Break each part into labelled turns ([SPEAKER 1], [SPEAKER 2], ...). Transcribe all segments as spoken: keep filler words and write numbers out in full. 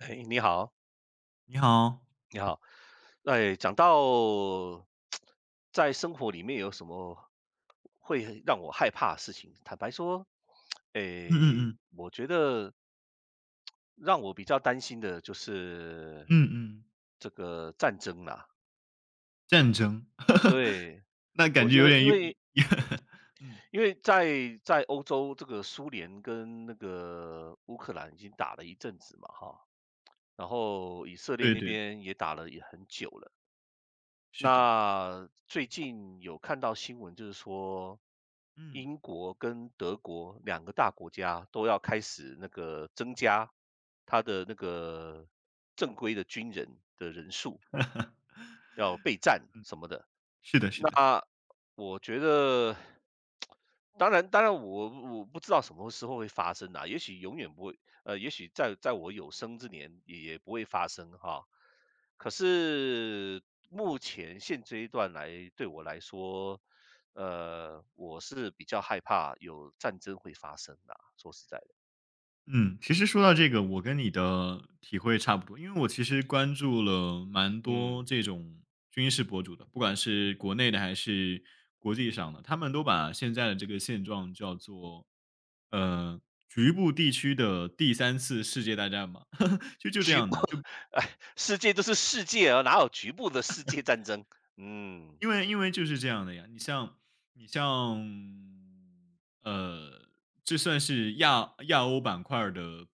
[SPEAKER 1] 哎，你好，
[SPEAKER 2] 你好。
[SPEAKER 1] 你好。哎，讲到 在生活里面有什么会让我害怕的事情。坦白说，
[SPEAKER 2] 嗯
[SPEAKER 1] 哎，
[SPEAKER 2] 嗯
[SPEAKER 1] 我觉得让我比较担心的就是
[SPEAKER 2] 嗯嗯嗯。
[SPEAKER 1] 这个战争啦。
[SPEAKER 2] 战争。
[SPEAKER 1] 对，
[SPEAKER 2] 那
[SPEAKER 1] 我
[SPEAKER 2] 感觉
[SPEAKER 1] 觉
[SPEAKER 2] 有
[SPEAKER 1] 得
[SPEAKER 2] 点
[SPEAKER 1] 因
[SPEAKER 2] 有，
[SPEAKER 1] 为
[SPEAKER 2] 嗯。
[SPEAKER 1] 因为在在欧洲，这个苏联跟那个乌克兰已经打了一阵子嘛，哈。然后以色列
[SPEAKER 2] 对
[SPEAKER 1] 那
[SPEAKER 2] 对对。
[SPEAKER 1] 边也打了也很久了。
[SPEAKER 2] 是的。
[SPEAKER 1] 那最近有看到新闻，就是说
[SPEAKER 2] 嗯。
[SPEAKER 1] 英国跟德国两个大国家都要开始那个增加他的那个正规的军人的人数，要备战什么的。
[SPEAKER 2] 是的，是的。
[SPEAKER 1] 那我觉得，当然，当然我，我不知道什么时候会发生啊，也许永远不会，呃，也许在在我有生之年也也不会发生哈。可是目前现阶段来对我来说，呃，我是比较害怕有战争会发生的啊、说实在的。
[SPEAKER 2] 嗯，其实说到这个，我跟你的体会差不多，因为我其实关注了蛮多
[SPEAKER 1] 嗯，
[SPEAKER 2] 这种军事博主的，不管是国内的还是国际上的，他们都把现在的这个现状叫做，呃，局部地区的第三次世界大战嘛，就就这
[SPEAKER 1] 局部。
[SPEAKER 2] 样的，就
[SPEAKER 1] 哎，世界都是世界啊，哪有局部的世界战争？嗯，
[SPEAKER 2] 因为因为就是这样的呀，你像你像，呃，这算是亚亚欧板块儿的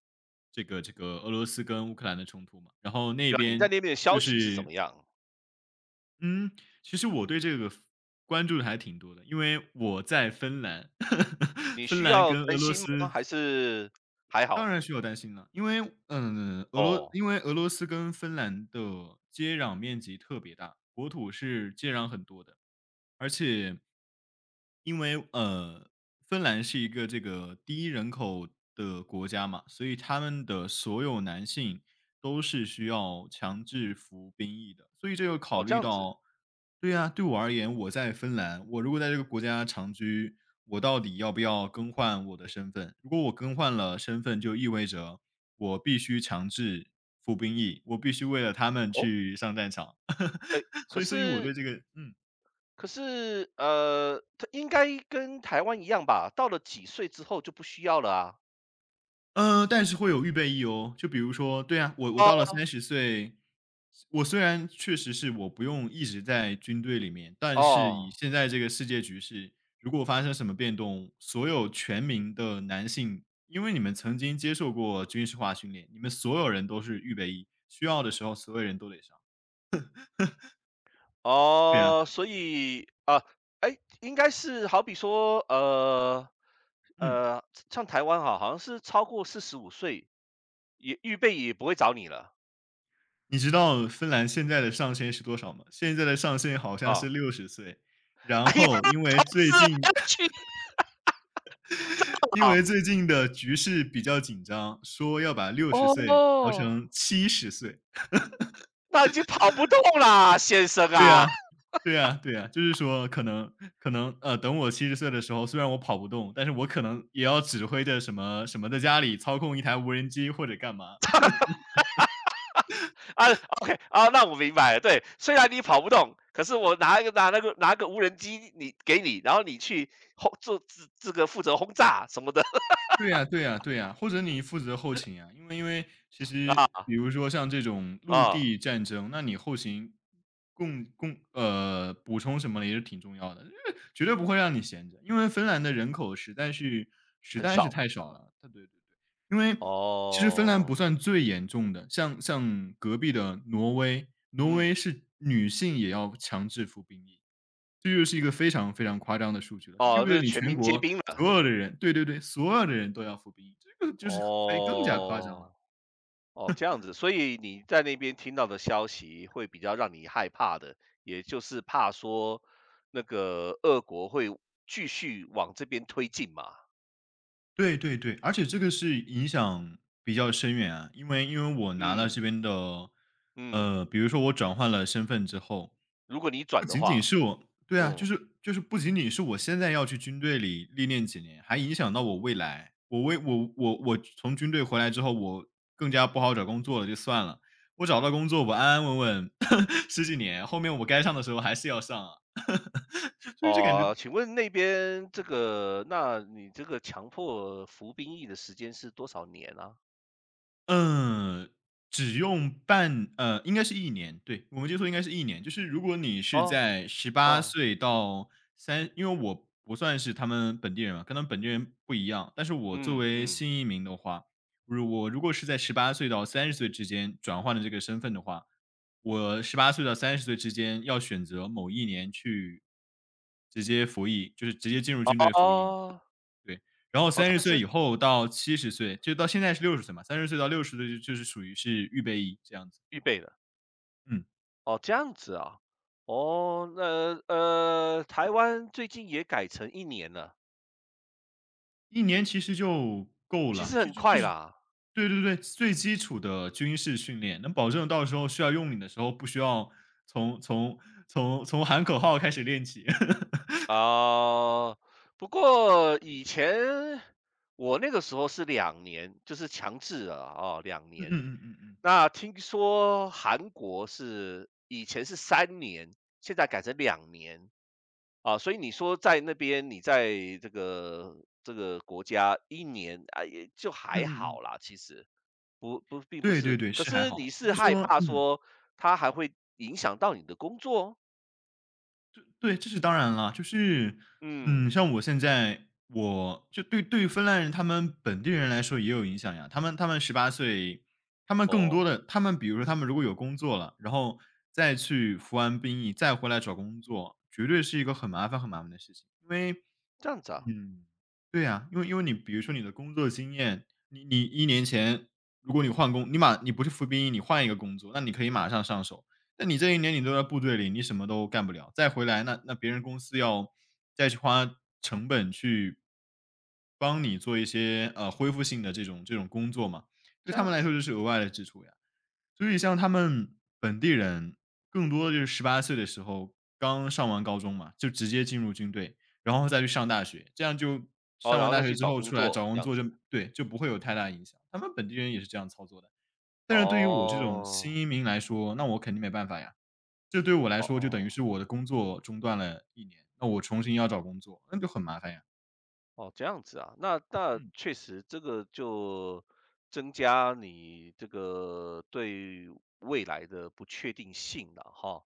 [SPEAKER 2] 这个这个俄罗斯跟乌克兰的冲突嘛，然后那
[SPEAKER 1] 对啊，你在
[SPEAKER 2] 边
[SPEAKER 1] 那边的
[SPEAKER 2] 就
[SPEAKER 1] 消息是怎
[SPEAKER 2] 是
[SPEAKER 1] 么样？
[SPEAKER 2] 嗯，其实我对这个关注的还挺多的，因为我在芬兰。
[SPEAKER 1] 你
[SPEAKER 2] 芬
[SPEAKER 1] 需
[SPEAKER 2] 兰
[SPEAKER 1] 要
[SPEAKER 2] 跟
[SPEAKER 1] 担
[SPEAKER 2] 俄罗
[SPEAKER 1] 心吗？
[SPEAKER 2] 斯
[SPEAKER 1] 还是还
[SPEAKER 2] 当
[SPEAKER 1] 好？
[SPEAKER 2] 然需要担心了，因为嗯，俄罗
[SPEAKER 1] 哦，
[SPEAKER 2] 因为俄罗斯跟芬兰的接壤面积特别大，国土是接壤很多的。而且因为呃，芬兰是一个这个第一人口的国家嘛，所以他们的所有男性都是需要强制服兵役的，所以这就考
[SPEAKER 1] 哦，这
[SPEAKER 2] 虑
[SPEAKER 1] 样子，
[SPEAKER 2] 到，对呀、对我而言，我在芬兰，我如果在这个国家长居，我到底要不要更换我的身份？如果我更换了身份，就意味着我必须强制服兵役，我必须为了他们
[SPEAKER 1] 哦，
[SPEAKER 2] 去上战场。
[SPEAKER 1] 哎，可
[SPEAKER 2] 所以，所以我
[SPEAKER 1] 是
[SPEAKER 2] 对这个，嗯。
[SPEAKER 1] 可是，呃，它应该跟台湾一样吧？到了几岁之后就不需要了啊？
[SPEAKER 2] 嗯，但是会有预备役哦。就比如说对啊，我我到
[SPEAKER 1] 哦，
[SPEAKER 2] 了三十岁，我虽然确实是我不用一直在军队里面，但是以
[SPEAKER 1] 哦，
[SPEAKER 2] 现在这个世界局势，如果发生什么变动，所有全民的男性，因为你们曾经接受过军事化训练，你们所有人都是预备役，需要的时候所有人都得上。对啊。
[SPEAKER 1] 哦所以啊，哎，应该是好比说，呃，
[SPEAKER 2] 嗯，
[SPEAKER 1] 呃，像台湾哈，好像是超过四十五岁，也预备也不会找你了，
[SPEAKER 2] 你知道芬兰现在的上限是多少吗？现在的上限好像是
[SPEAKER 1] 啊。
[SPEAKER 2] 六十岁，然
[SPEAKER 1] 哎呀，
[SPEAKER 2] 后因为
[SPEAKER 1] 同
[SPEAKER 2] 最
[SPEAKER 1] 事
[SPEAKER 2] 近
[SPEAKER 1] 去
[SPEAKER 2] 因为
[SPEAKER 1] 啊，
[SPEAKER 2] 最近的局势比较紧张，说要把六十岁调
[SPEAKER 1] 哦。
[SPEAKER 2] 成七十岁。
[SPEAKER 1] 那已经跑不动啦，先生
[SPEAKER 2] 对
[SPEAKER 1] 啊
[SPEAKER 2] 呀，对呀，对呀，就是说可能可能，呃，等我七十岁的时候，虽然我跑不动，但是我可能也要指挥着什么什么在家里操控一台无人机或者干嘛。
[SPEAKER 1] 啊。OK 啊，那我明白了。对，虽然你跑不动，可是我拿一个拿那个拿个无人机你给你，然后你去轰做这这个负责轰炸什么的
[SPEAKER 2] 对呀对呀对呀，或者你负责后勤呀。因为因为其实 比如说像这种
[SPEAKER 1] 啊
[SPEAKER 2] 陆
[SPEAKER 1] 啊，
[SPEAKER 2] 地战争，那你后勤供供呃，补充什么的也是挺重要的，因为绝对不会让你闲着。因为芬兰的人口实在是实
[SPEAKER 1] 很
[SPEAKER 2] 在是
[SPEAKER 1] 少
[SPEAKER 2] 太少了，他对对对。因为其实芬兰不
[SPEAKER 1] 哦，
[SPEAKER 2] 算最严重的，像像隔壁的挪威，挪威
[SPEAKER 1] 嗯
[SPEAKER 2] 是女性也要强制服兵役。这又是一个非常非常夸张的数据了，这意
[SPEAKER 1] 哦，
[SPEAKER 2] 味
[SPEAKER 1] 这是
[SPEAKER 2] 着你
[SPEAKER 1] 全
[SPEAKER 2] 全
[SPEAKER 1] 民皆
[SPEAKER 2] 国
[SPEAKER 1] 兵了
[SPEAKER 2] 所有的人对对对，所有的人都要服兵役，这个就是非更加夸张了。
[SPEAKER 1] 哦哦这样子。所以你在那边听到的消息会比较让你害怕的，也就是怕说那个俄国会继续往这边推进嘛。
[SPEAKER 2] 对对对，而且这个是影响比较深远啊，因为因为我拿了这
[SPEAKER 1] 嗯，
[SPEAKER 2] 边的，
[SPEAKER 1] 嗯，
[SPEAKER 2] 呃，比如说我转换了身份之后，
[SPEAKER 1] 如果你
[SPEAKER 2] 不
[SPEAKER 1] 转的
[SPEAKER 2] 仅仅
[SPEAKER 1] 话，
[SPEAKER 2] 是我，对啊，就
[SPEAKER 1] 嗯，
[SPEAKER 2] 是就是不仅仅是我现在要去军队里历练几年，还影响到我未来。我为我我我从军队回来之后，我更加不好找工作了，就算了。我找到工作，我安安稳稳 十几年，后面我该上的时候还是要上啊，所以就感觉
[SPEAKER 1] 哦，请问那边这个，那你这个强迫服兵役的时间是多少年啊？
[SPEAKER 2] 嗯，只用半呃，应该是一年，对，我们接触应该是一年。就是如果你是
[SPEAKER 1] 哦，
[SPEAKER 2] 在十八
[SPEAKER 1] 哦，
[SPEAKER 2] 岁到三，因为我不算是他们本地人嘛，跟他们本地人不一样，但是我作
[SPEAKER 1] 嗯，
[SPEAKER 2] 为
[SPEAKER 1] 嗯，
[SPEAKER 2] 新移民的话，如我如果是在十八岁到三十岁之间转换了这个身份的话，我十八岁到三十岁之间要选择某一年去直接服役，就是直接进入军队服役。
[SPEAKER 1] 哦，
[SPEAKER 2] 对，然后
[SPEAKER 1] 哦，
[SPEAKER 2] 三十
[SPEAKER 1] 他
[SPEAKER 2] 岁
[SPEAKER 1] 是
[SPEAKER 2] 以后到七十岁，就到现在是六十岁嘛三十岁到六十岁就就是属于是预备役这样子。
[SPEAKER 1] 预备的，
[SPEAKER 2] 嗯。
[SPEAKER 1] 哦，这样子啊，
[SPEAKER 2] 对
[SPEAKER 1] 哦，那呃，台湾最近也改成一年了，
[SPEAKER 2] 一年其实就够
[SPEAKER 1] 其
[SPEAKER 2] 了，
[SPEAKER 1] 实
[SPEAKER 2] 就
[SPEAKER 1] 很
[SPEAKER 2] 就就
[SPEAKER 1] 快
[SPEAKER 2] 是
[SPEAKER 1] 啦，
[SPEAKER 2] 对对对，最基础的军事训练，能保证到时候需要用你的时候，不需要从从从从喊口号开始练起。
[SPEAKER 1] 啊，不过以前我那个时候是两年，就是强制了啊，哦，两
[SPEAKER 2] 嗯嗯
[SPEAKER 1] 年。
[SPEAKER 2] 嗯嗯嗯。
[SPEAKER 1] 那听说韩国是以前是三年，现在改成两年，啊，所以你说在那边，你在这个这个国家一年，啊，也就
[SPEAKER 2] 嗯
[SPEAKER 1] 还
[SPEAKER 2] 嗯嗯。
[SPEAKER 1] 好啦，其实，不不并不
[SPEAKER 2] 对对
[SPEAKER 1] 是
[SPEAKER 2] 对，
[SPEAKER 1] 可
[SPEAKER 2] 是还
[SPEAKER 1] 是你
[SPEAKER 2] 好，只
[SPEAKER 1] 是
[SPEAKER 2] 是
[SPEAKER 1] 害
[SPEAKER 2] 说
[SPEAKER 1] 怕
[SPEAKER 2] 嗯。
[SPEAKER 1] 说它还会影响到你的工作？
[SPEAKER 2] 对，这是当然了。就是，嗯，
[SPEAKER 1] 嗯，
[SPEAKER 2] 像我现在，我就对对于芬兰人他们本地人来说也有影响呀。他们他们十八岁，他们更
[SPEAKER 1] 哦，
[SPEAKER 2] 多的他们比如说他们如果有工作了，然后再去服完兵役，再回来找工作，绝对是一个很麻烦很麻烦的事情。因为
[SPEAKER 1] 这样子啊，
[SPEAKER 2] 嗯，对呀，因为因为你比如说你的工作经验，你你一年前，如果你换工你马你不是服兵役，你换一个工作，那你可以马上上手。那你这一年你都在部队里，你什么都干不了，再回来那那别人公司要再去花成本去帮你做一些，呃，恢复性的这种这种工作嘛，对
[SPEAKER 1] 这
[SPEAKER 2] 他
[SPEAKER 1] 样
[SPEAKER 2] 们来说
[SPEAKER 1] 子，
[SPEAKER 2] 就是额外的支出呀。所以像他们本地人，更多的就是十八岁的时候，刚上完高中嘛，就直接进入军队，然后再去上大学，这样就
[SPEAKER 1] 哦，
[SPEAKER 2] 上
[SPEAKER 1] 然
[SPEAKER 2] 完
[SPEAKER 1] 后再
[SPEAKER 2] 大学
[SPEAKER 1] 去
[SPEAKER 2] 之
[SPEAKER 1] 找
[SPEAKER 2] 后
[SPEAKER 1] 工
[SPEAKER 2] 出来找
[SPEAKER 1] 作，这
[SPEAKER 2] 工
[SPEAKER 1] 样
[SPEAKER 2] 作就
[SPEAKER 1] 子，
[SPEAKER 2] 对，就不会有太大影响，他们本地人也是这样操作的。但是对于我这种新
[SPEAKER 1] 哦，
[SPEAKER 2] 移民来说，那我肯定没办法呀。这对我来
[SPEAKER 1] 哦
[SPEAKER 2] 说就等于
[SPEAKER 1] 哦。
[SPEAKER 2] 是我的工作中断了一年，那我重新要找工作，那就很麻烦呀。
[SPEAKER 1] 哦，这样子啊，那那
[SPEAKER 2] 嗯。
[SPEAKER 1] 确实这个就增加你这个对未来的不确定性了哈。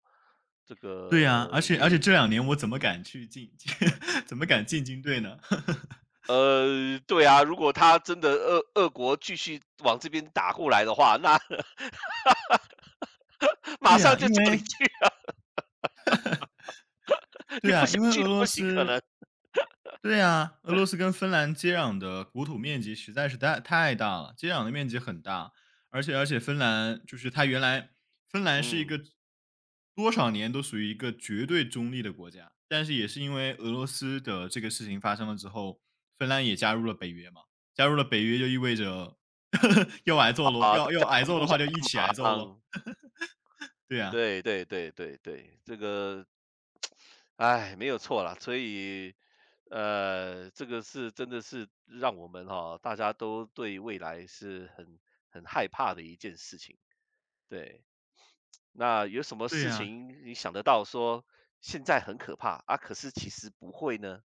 [SPEAKER 1] 这
[SPEAKER 2] 对呀，而
[SPEAKER 1] 个
[SPEAKER 2] 且而且
[SPEAKER 1] 也
[SPEAKER 2] 这两年我怎么敢去进 怎么敢进军队呢？
[SPEAKER 1] 呃，对啊，如果他真的俄俄国继续往这边打过来的话，那 马
[SPEAKER 2] 对
[SPEAKER 1] 上
[SPEAKER 2] 呀，
[SPEAKER 1] 就
[SPEAKER 2] 因
[SPEAKER 1] 叫你
[SPEAKER 2] 为
[SPEAKER 1] 去啊，你
[SPEAKER 2] 对
[SPEAKER 1] 不
[SPEAKER 2] 呀，
[SPEAKER 1] 想
[SPEAKER 2] 因为
[SPEAKER 1] 去
[SPEAKER 2] 俄
[SPEAKER 1] 都不
[SPEAKER 2] 罗
[SPEAKER 1] 行，可能。
[SPEAKER 2] 斯对啊，俄罗斯跟芬兰接壤的国土面积实在是太太大了，接壤的面积很大，而且而且芬兰就是它原来芬兰是一
[SPEAKER 1] 嗯，
[SPEAKER 2] 个多少年都属于一个绝对中立的国家，但是也是因为俄罗斯的这个事情发生了之后，芬兰也加入了北约嘛，加入了北约就意味着 要挨
[SPEAKER 1] 好
[SPEAKER 2] 揍喽，
[SPEAKER 1] 啊，大
[SPEAKER 2] 要要
[SPEAKER 1] 家
[SPEAKER 2] 挨揍
[SPEAKER 1] 互
[SPEAKER 2] 的
[SPEAKER 1] 相
[SPEAKER 2] 话就一起
[SPEAKER 1] 帮
[SPEAKER 2] 挨揍喽。
[SPEAKER 1] 忙。
[SPEAKER 2] 对呀、
[SPEAKER 1] 对对对对对，这个唉，没有错啦，所以，呃，这个是真的是让我们哈，大家都对未来是很很害怕的一件事情。对，那有什么
[SPEAKER 2] 对
[SPEAKER 1] 事
[SPEAKER 2] 呀、
[SPEAKER 1] 情你想得到说现在很可怕啊，可是其实不会呢？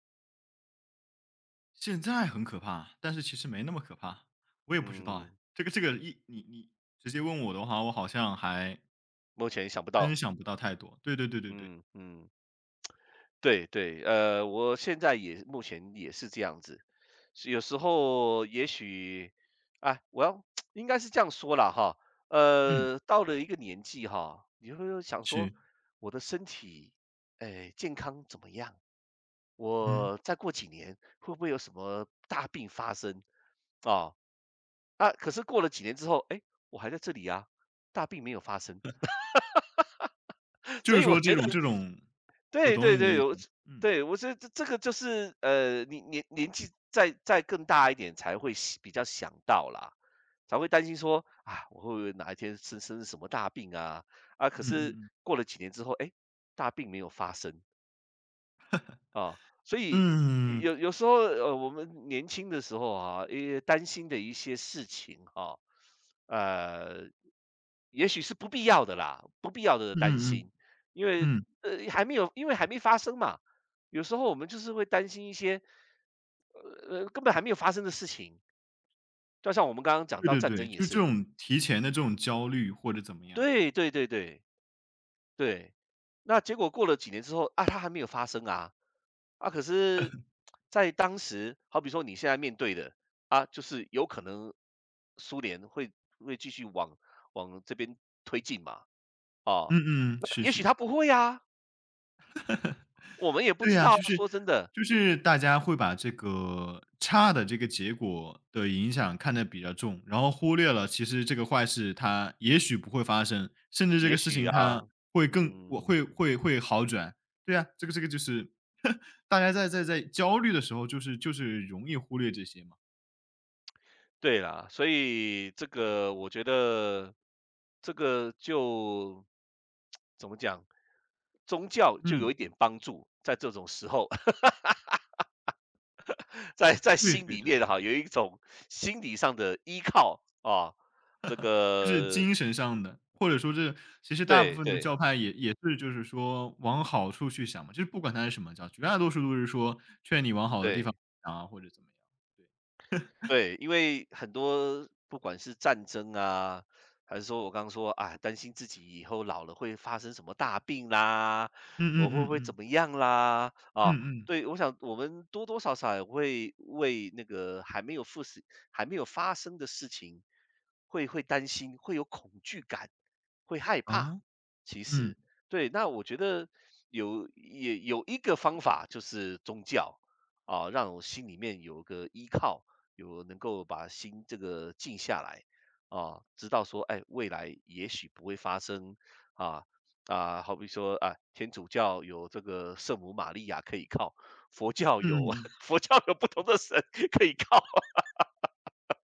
[SPEAKER 2] 现在很可怕，但是其实没那么可怕，我也不知道哎。
[SPEAKER 1] 嗯，
[SPEAKER 2] 这个这个一你你直接问我的话，我好像还
[SPEAKER 1] 目前想不
[SPEAKER 2] 真
[SPEAKER 1] 到。
[SPEAKER 2] 想不到太多。对对对对对。
[SPEAKER 1] 嗯嗯。对对，呃，我现在也目前也是这样子，是有时候也许，啊，我要 应该是这样说啦哈，
[SPEAKER 2] 嗯，
[SPEAKER 1] 呃，到了一个年纪哈，你会想说，
[SPEAKER 2] 是。
[SPEAKER 1] 我的身体，哎，健康怎么样？
[SPEAKER 2] 嗯，
[SPEAKER 1] 我再过几年会不会有什么大病发生？啊、啊，可是过了几年之后，哎，我还在这里啊，大病没有发生。
[SPEAKER 2] 就
[SPEAKER 1] 所
[SPEAKER 2] 是
[SPEAKER 1] 以我
[SPEAKER 2] 说这
[SPEAKER 1] 觉得
[SPEAKER 2] 种这种，我
[SPEAKER 1] 对
[SPEAKER 2] 懂
[SPEAKER 1] 对
[SPEAKER 2] 你的
[SPEAKER 1] 对，
[SPEAKER 2] 意思。
[SPEAKER 1] 我是
[SPEAKER 2] 嗯
[SPEAKER 1] 对我觉得这这个就是呃，你年年纪再再更大一点才会想比较想到啦，才会担心说啊，我会不会哪一天生生什么大病啊？啊，可
[SPEAKER 2] 嗯
[SPEAKER 1] 是
[SPEAKER 2] 嗯
[SPEAKER 1] 过了几年之后，哎，大病没有发生，啊，所以
[SPEAKER 2] 嗯嗯
[SPEAKER 1] 有有时候，呃，我们年轻的时候啊，也担心的一些事情哈、呃，也许是不必要的啦，不必要的
[SPEAKER 2] 嗯
[SPEAKER 1] 担
[SPEAKER 2] 嗯嗯。
[SPEAKER 1] 心，因为
[SPEAKER 2] 嗯
[SPEAKER 1] 呃还没有，因为还没发生嘛。有时候我们就是会担心一些，呃呃，根本还没有发生的事情，就像我们刚刚讲
[SPEAKER 2] 对
[SPEAKER 1] 到
[SPEAKER 2] 对
[SPEAKER 1] 战
[SPEAKER 2] 对，
[SPEAKER 1] 争也
[SPEAKER 2] 就是这
[SPEAKER 1] 是，
[SPEAKER 2] 种提前的这种焦虑或者怎么样。
[SPEAKER 1] 对对对对，对，那结果过了几年之后啊，它还没有发生啊，啊，可是，在当时，好比说你现在面对的啊，就是有可能苏联会会继续往往这边推进嘛，啊，
[SPEAKER 2] 嗯嗯，
[SPEAKER 1] 那
[SPEAKER 2] 是
[SPEAKER 1] 也许
[SPEAKER 2] 是
[SPEAKER 1] 它
[SPEAKER 2] 是。
[SPEAKER 1] 不会啊，我们也不
[SPEAKER 2] 对
[SPEAKER 1] 知
[SPEAKER 2] 呀，
[SPEAKER 1] 道
[SPEAKER 2] 就
[SPEAKER 1] 啊，
[SPEAKER 2] 是
[SPEAKER 1] 说真的，
[SPEAKER 2] 就是大家会把这个差的这个结果的影响看得比较重，然后忽略了其实这个坏事它也许不会发生，甚至这
[SPEAKER 1] 也
[SPEAKER 2] 个事
[SPEAKER 1] 许
[SPEAKER 2] 情它
[SPEAKER 1] 啊，
[SPEAKER 2] 会更我会
[SPEAKER 1] 嗯。
[SPEAKER 2] 会会好转。对呀，这个这个就是 大家在在在焦虑的时候，就是就是容易忽略这些嘛。
[SPEAKER 1] 对啦，所以这个我觉得，这个就怎么讲，宗教就有
[SPEAKER 2] 嗯。
[SPEAKER 1] 一点帮助，在这种时候。在在
[SPEAKER 2] 对
[SPEAKER 1] 心
[SPEAKER 2] 对
[SPEAKER 1] 里
[SPEAKER 2] 对。
[SPEAKER 1] 面哈，有一种心理上的依靠啊，这
[SPEAKER 2] 就是
[SPEAKER 1] 个
[SPEAKER 2] 精神上的，或者说这其实大部
[SPEAKER 1] 对
[SPEAKER 2] 分的
[SPEAKER 1] 对
[SPEAKER 2] 教派也也是就是说往好处去想嘛，就是不管它是什么教，绝大多数都是说劝你往好的地方
[SPEAKER 1] 对。
[SPEAKER 2] 想啊，或者怎么样。对。
[SPEAKER 1] 对，因为很多不管是战争啊，还是说我刚刚说啊，担心自己以后老了会发生什么大病啦，
[SPEAKER 2] 嗯
[SPEAKER 1] 我
[SPEAKER 2] 嗯
[SPEAKER 1] 会
[SPEAKER 2] 嗯
[SPEAKER 1] 不会怎
[SPEAKER 2] 嗯。
[SPEAKER 1] 么样啦？
[SPEAKER 2] 嗯
[SPEAKER 1] 啊，
[SPEAKER 2] 嗯。
[SPEAKER 1] 对，我想我们多多少少也会为那个还没有复始还没有发生的事情，会会担心，会有恐惧感，会害怕。
[SPEAKER 2] 哦。
[SPEAKER 1] 其
[SPEAKER 2] 嗯。
[SPEAKER 1] 实，对，那我觉得有也有一个方法，就是宗教啊，让我心里面有个依靠。有能够把心这个静下来啊，知道说，哎，未来也许不会发生啊啊，好比说啊，天主教有这个圣母玛利亚可以靠，佛教
[SPEAKER 2] 嗯
[SPEAKER 1] 有
[SPEAKER 2] 嗯嗯。
[SPEAKER 1] 佛教有不同的神可以靠，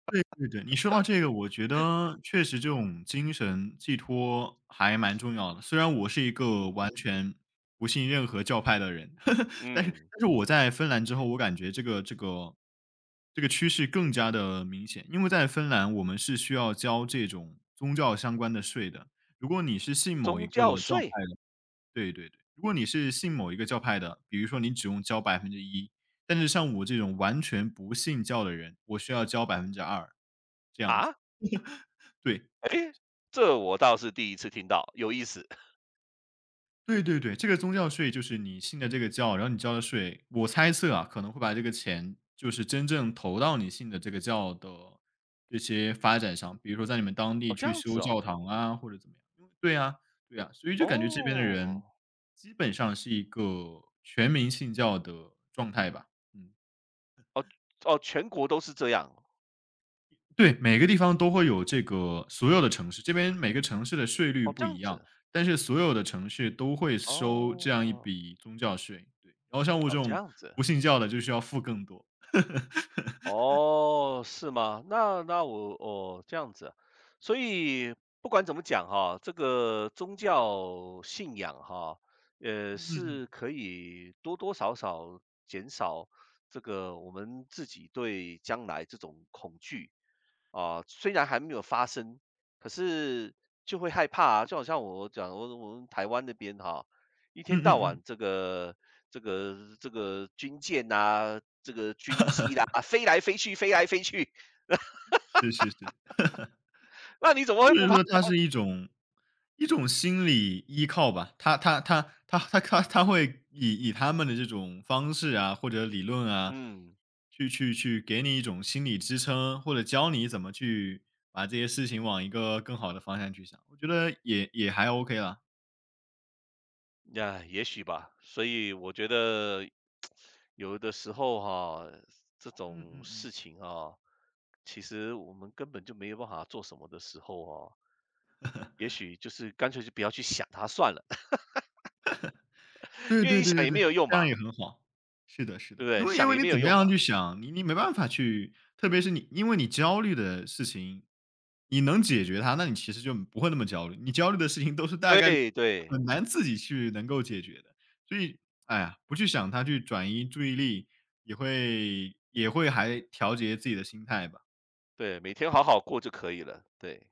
[SPEAKER 2] 对对对，你说到这个，我觉得确实这种精神寄托还蛮重要的。虽然我是一个
[SPEAKER 1] 嗯
[SPEAKER 2] 完全不信任何教派的人，但是
[SPEAKER 1] 嗯，
[SPEAKER 2] 但是我在芬兰之后，我感觉这个这个这个趋势更加的明显。因为在芬兰，我们是需要交这种宗教相关的税的。如果你是信某一
[SPEAKER 1] 宗
[SPEAKER 2] 个
[SPEAKER 1] 教
[SPEAKER 2] 教
[SPEAKER 1] 税
[SPEAKER 2] 派的，对对对，如果你是信某一个教派的，比如说你只用交百分之一，但是像我这种完全不信教的人，我需要交百分之二这样子。
[SPEAKER 1] 啊，
[SPEAKER 2] 对，对，
[SPEAKER 1] 哎，这我倒是第一次听到，有意思
[SPEAKER 2] 对对对，这个宗教税就是你信的这个教，然后你交的税，我猜测啊，可能会把这个钱就是真正投到你信的这个教的这些发展上，比如说在你们当
[SPEAKER 1] 哦，
[SPEAKER 2] 地
[SPEAKER 1] 这
[SPEAKER 2] 去
[SPEAKER 1] 样子
[SPEAKER 2] 修教
[SPEAKER 1] 哦，
[SPEAKER 2] 堂啊，或者怎么样。因为对啊，对啊，所以就感觉这边的
[SPEAKER 1] 哦
[SPEAKER 2] 人基本上是一个全民信教的状态吧。嗯。
[SPEAKER 1] 哦哦，全国都是这样
[SPEAKER 2] 对，每个地方都会有这个所有的城市，这边每个城市的税率
[SPEAKER 1] 哦，这
[SPEAKER 2] 不
[SPEAKER 1] 样
[SPEAKER 2] 一样，
[SPEAKER 1] 子
[SPEAKER 2] 但是所有的城市都会收这样一
[SPEAKER 1] 哦，
[SPEAKER 2] 笔宗教税，对。然后像我
[SPEAKER 1] 哦
[SPEAKER 2] 这
[SPEAKER 1] 这
[SPEAKER 2] 种
[SPEAKER 1] 样子。
[SPEAKER 2] 不信教的就需要付更多。
[SPEAKER 1] 哦，是吗？那那我哦这样子啊所以不管怎么讲哈，这个宗教信仰哈，呃，
[SPEAKER 2] 嗯嗯嗯。
[SPEAKER 1] 是可以多多少少减少这个我们自己对将来这种恐惧啊，虽然还没有发生，可是就会害怕啊。就好像我讲，我我们台湾那边哈、一
[SPEAKER 2] 嗯
[SPEAKER 1] 天到
[SPEAKER 2] 嗯嗯。
[SPEAKER 1] 晚这个这个这个军舰呐、啊这个军机啦、飞来飞去，飞来飞去。
[SPEAKER 2] 是是是。
[SPEAKER 1] 那你怎么会
[SPEAKER 2] 就
[SPEAKER 1] 不
[SPEAKER 2] 是
[SPEAKER 1] 怕
[SPEAKER 2] 说它
[SPEAKER 1] 呢？
[SPEAKER 2] 是一种一种心理依靠吧，他他他他他他他会以以他们的这种方式啊，或者理论啊，
[SPEAKER 1] 嗯。
[SPEAKER 2] 去去去给你一种心理支撑，或者教你怎么去把这些事情往一个更好的方向去想，我觉得也也还 OK 了。
[SPEAKER 1] 呀，也许吧。所以我觉得有的时候哈，这
[SPEAKER 2] 嗯
[SPEAKER 1] 种
[SPEAKER 2] 嗯嗯。
[SPEAKER 1] 事情啊，其实我们根本就没有办法做什么的时候啊，也许就是干脆就不要去想它算了。
[SPEAKER 2] 对
[SPEAKER 1] 因为
[SPEAKER 2] 对
[SPEAKER 1] 你
[SPEAKER 2] 对
[SPEAKER 1] 想
[SPEAKER 2] 对
[SPEAKER 1] 也没
[SPEAKER 2] 对，
[SPEAKER 1] 有用
[SPEAKER 2] 这样
[SPEAKER 1] 嘛，
[SPEAKER 2] 也很好。是的，是
[SPEAKER 1] 对不
[SPEAKER 2] 的，因
[SPEAKER 1] 对？
[SPEAKER 2] 为因
[SPEAKER 1] 想
[SPEAKER 2] 为
[SPEAKER 1] 也
[SPEAKER 2] 你
[SPEAKER 1] 没有
[SPEAKER 2] 怎么
[SPEAKER 1] 用
[SPEAKER 2] 样
[SPEAKER 1] 嘛。
[SPEAKER 2] 去想，你你没办法去，特别是你因为你焦虑的事情，你能解决它，那你其实就不会那么焦虑。你焦虑的事情都是大概率
[SPEAKER 1] 对对
[SPEAKER 2] 很难自己去能够解决的，所以，哎呀，不去想它，去转移注意力，也会也会还调节自己的心态吧。
[SPEAKER 1] 对，每天好好过就可以了。对。